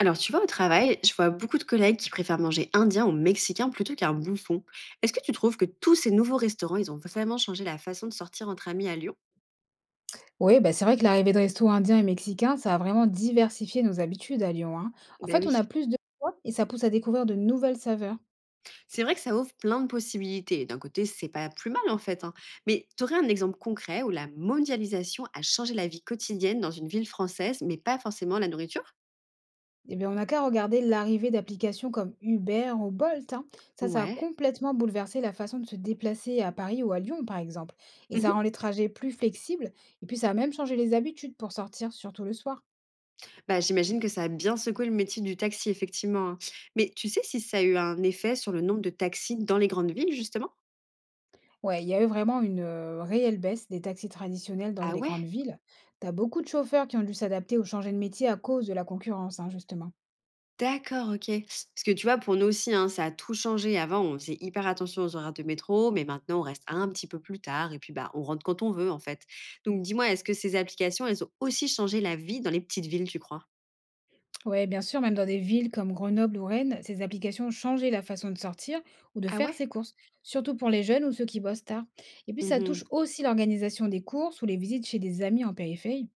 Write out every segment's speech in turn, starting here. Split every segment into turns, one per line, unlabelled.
Alors, tu vois, au travail, je vois beaucoup de collègues qui préfèrent manger indien ou mexicain plutôt qu'un bouffon. Est-ce que tu trouves que tous ces nouveaux restaurants, ils ont vraiment changé la façon de sortir entre amis à Lyon?
Oui, bah, c'est vrai que l'arrivée de restos indiens et mexicains, ça a vraiment diversifié nos habitudes à Lyon, hein. En
Ben
fait, on
oui.
a plus de choix et ça pousse à découvrir de nouvelles saveurs.
C'est vrai que ça ouvre plein de possibilités. D'un côté, c'est pas plus mal en fait, hein. Mais tu aurais un exemple concret où la mondialisation a changé la vie quotidienne dans une ville française, mais pas forcément la nourriture?
Eh bien, on n'a qu'à regarder l'arrivée d'applications comme Uber ou Bolt, hein. Ça a
Ouais.
complètement bouleversé la façon de se déplacer à Paris ou à Lyon, par exemple. Et ça rend
Mhm.
les trajets plus flexibles. Et puis, ça a même changé les habitudes pour sortir, surtout le soir.
Bah, j'imagine que ça a bien secoué le métier du taxi, effectivement, hein. Mais tu sais si ça a eu un effet sur le nombre de taxis dans les grandes villes, justement?
Ouais, il y a eu vraiment une réelle baisse des taxis traditionnels dans
Ah
les
ouais.
grandes villes. T'as beaucoup de chauffeurs qui ont dû s'adapter ou changer de métier à cause de la concurrence, hein, justement.
D'accord, OK. Parce que tu vois, pour nous aussi, hein, ça a tout changé. Avant, on faisait hyper attention aux horaires de métro, mais maintenant, on reste un petit peu plus tard et puis bah, on rentre quand on veut, en fait. Donc, dis-moi, est-ce que ces applications, elles ont aussi changé la vie dans les petites villes, tu crois?
Ouais, bien sûr, même dans des villes comme Grenoble ou Rennes, ces applications ont changé la façon de sortir ou de
Ah
faire
ouais.
ses courses, surtout pour les jeunes ou ceux qui bossent tard. Et puis ça touche
Mhm.
aussi l'organisation des courses ou les visites chez des amis en périphérie.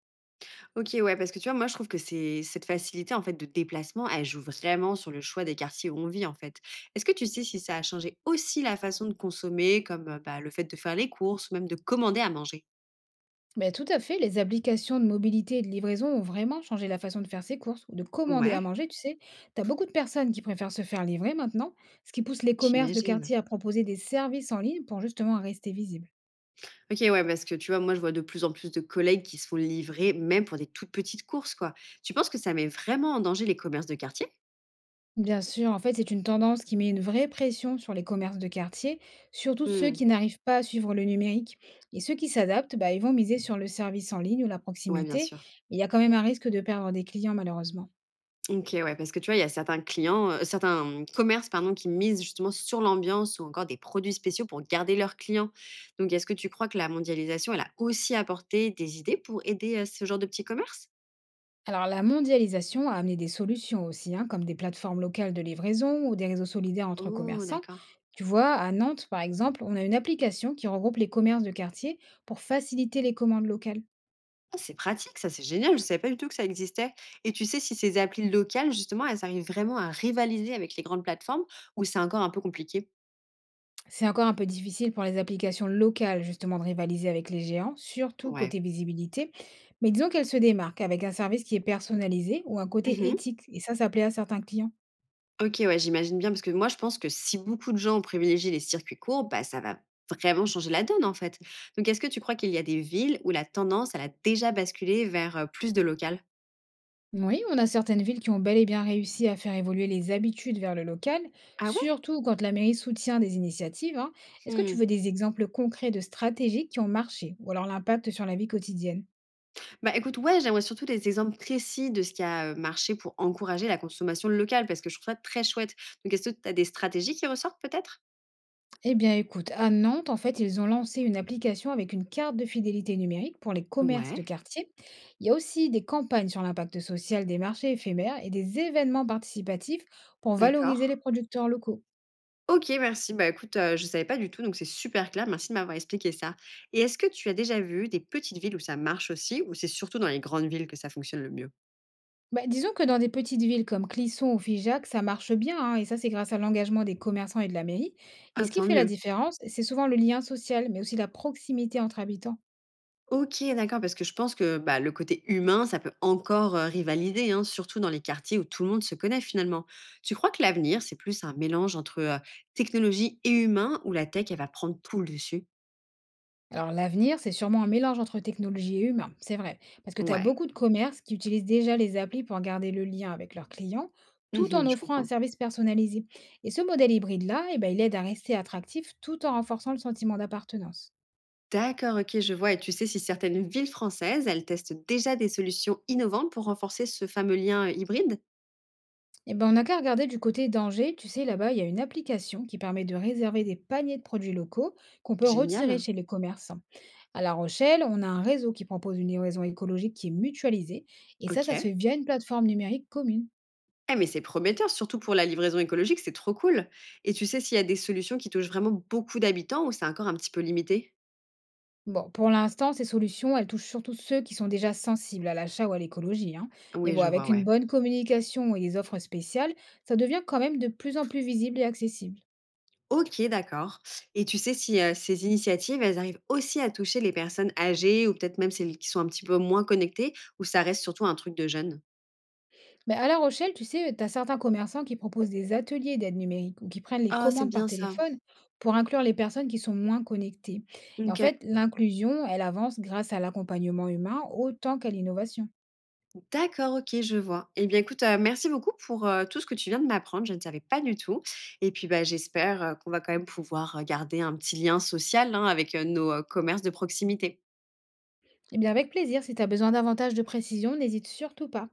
Ok, ouais, parce que tu vois, moi, je trouve que c'est cette facilité en fait de déplacement, elle joue vraiment sur le choix des quartiers où on vit en fait. Est-ce que tu sais si ça a changé aussi la façon de consommer, comme bah, le fait de faire les courses ou même de commander à manger?
Mais tout à fait, les applications de mobilité et de livraison ont vraiment changé la façon de faire ses courses ou de commander à
Ouais,
manger, tu sais. T'as beaucoup de personnes qui préfèrent se faire livrer maintenant, ce qui pousse les commerces de
j'imagine.
quartier à proposer des services en ligne pour justement rester visibles.
OK, ouais, parce que tu vois, moi, je vois de plus en plus de collègues qui se font livrer, même pour des toutes petites courses, quoi. Tu penses que ça met vraiment en danger les commerces de quartier?
Bien sûr, en fait, c'est une tendance qui met une vraie pression sur les commerces de quartier, surtout ceux
Mmh.
qui n'arrivent pas à suivre le numérique. Et ceux qui s'adaptent, bah, ils vont miser sur le service en ligne ou la
Ouais, bien
proximité,
sûr.
mais il y a quand même un risque de perdre des clients malheureusement.
OK, ouais, parce que tu vois, il y a certains clients, certains, mmh, commerces, pardon, qui misent justement sur l'ambiance ou encore des produits spéciaux pour garder leurs clients. Donc, est-ce que tu crois que la mondialisation, elle a aussi apporté des idées pour aider à ce genre de petits commerces?
Alors la mondialisation a amené des solutions aussi, hein, comme des plateformes locales de livraison ou des réseaux solidaires entre
Oh,
commerçants.
d'accord.
Tu vois, à Nantes, par exemple, on a une application qui regroupe les commerces de quartier pour faciliter les commandes locales.
Ah, c'est pratique ça, c'est génial, je ne savais pas du tout que ça existait. Et tu sais si ces applis locales justement, elles arrivent vraiment à rivaliser avec les grandes plateformes ou c'est encore un peu compliqué?
C'est encore un peu difficile pour les applications locales justement de rivaliser avec les géants, surtout
Ouais.
côté visibilité. Mais disons qu'elles se démarquent avec un service qui est personnalisé ou un côté
Mmh.
éthique. Et ça plaît à certains clients.
OK, ouais, j'imagine bien parce que moi je pense que si beaucoup de gens ont privilégié les circuits courts, bah, ça va vraiment changer la donne en fait. Donc est-ce que tu crois qu'il y a des villes où la tendance, elle a déjà basculé vers, plus de local?
Oui, on a certaines villes qui ont bel et bien réussi à faire évoluer les habitudes vers le local,
Ah ouais?
surtout quand la mairie soutient des initiatives, hein. Est-ce que tu
Mmh.
veux des exemples concrets de stratégies qui ont marché ou alors l'impact sur la vie quotidienne?
Bah, écoute, ouais, j'aimerais surtout des exemples précis de ce qui a, marché pour encourager la consommation locale, parce que je trouve ça très chouette. Donc est-ce que tu as des stratégies qui ressortent peut-être?
Eh bien, écoute, à Nantes, en fait, ils ont lancé une application avec une carte de fidélité numérique pour les commerces de
Ouais.
quartier. Il y a aussi des campagnes sur l'impact social des marchés éphémères et des événements participatifs pour
D'accord.
valoriser les producteurs locaux.
OK, merci. Bah, écoute, je ne savais pas du tout, donc c'est super clair. Merci de m'avoir expliqué ça. Et est-ce que tu as déjà vu des petites villes où ça marche aussi, ou c'est surtout dans les grandes villes que ça fonctionne le mieux?
Bah, disons que dans des petites villes comme Clisson ou Figeac, ça marche bien, hein, et ça, c'est grâce à l'engagement des commerçants et de la mairie. Et
Ah,
ce qui
tant
fait la
mieux.
différence, c'est souvent le lien social, mais aussi la proximité entre habitants.
OK, d'accord, parce que je pense que, bah, le côté humain, ça peut encore, rivaliser, hein, surtout dans les quartiers où tout le monde se connaît finalement. Tu crois que l'avenir, c'est plus un mélange entre, technologie et humain ou la tech, elle va prendre tout le dessus?
Alors l'avenir, c'est sûrement un mélange entre technologie et humain, c'est vrai. Parce que tu as
Ouais.
beaucoup de commerces qui utilisent déjà les applis pour garder le lien avec leurs clients, tout
Mmh.
en
Je
offrant un
comprends.
service personnalisé. Et ce modèle hybride-là, eh ben, il aide à rester attractif tout en renforçant le sentiment d'appartenance.
D'accord, OK, je vois. Et tu sais si certaines villes françaises, elles testent déjà des solutions innovantes pour renforcer ce fameux lien, hybride?
Eh ben, on n'a qu'à regarder du côté d'Angers, tu sais, là-bas, il y a une application qui permet de réserver des paniers de produits locaux qu'on peut retirer
Génial.
chez les commerçants. À La Rochelle, on a un réseau qui propose une livraison écologique qui est mutualisée, et ça se
OK.
fait via une plateforme numérique commune.
Eh mais c'est prometteur, surtout pour la livraison écologique, c'est trop cool. Et tu sais s'il y a des solutions qui touchent vraiment beaucoup d'habitants ou c'est encore un petit peu limité?
Bon, pour l'instant, ces solutions, elles touchent surtout ceux qui sont déjà sensibles à l'achat ou à l'écologie, hein. Mais
Oui,
bon,
je vois,
avec une
ouais.
bonne communication et des offres spéciales, ça devient quand même de plus en plus visible et accessible.
OK, d'accord. Et tu sais si, ces initiatives, elles arrivent aussi à toucher les personnes âgées ou peut-être même celles qui sont un petit peu moins connectées ou ça reste surtout un truc de jeunes?
Mais à La Rochelle, tu sais, tu as certains commerçants qui proposent des ateliers d'aide numérique ou qui prennent les
Ah, c'est
commandes par
bien ça.
téléphone pour inclure les personnes qui sont moins connectées. Et en fait,
OK.
l'inclusion, elle avance grâce à l'accompagnement humain autant qu'à l'innovation.
D'accord, OK, je vois. Et bien, écoute, merci beaucoup pour, tout ce que tu viens de m'apprendre. Je ne savais pas du tout et puis, bah, j'espère, qu'on va quand même pouvoir, garder un petit lien social, hein, avec, nos, commerces de proximité.
Eh bien, avec plaisir, si tu as besoin davantage de précision, n'hésite surtout pas.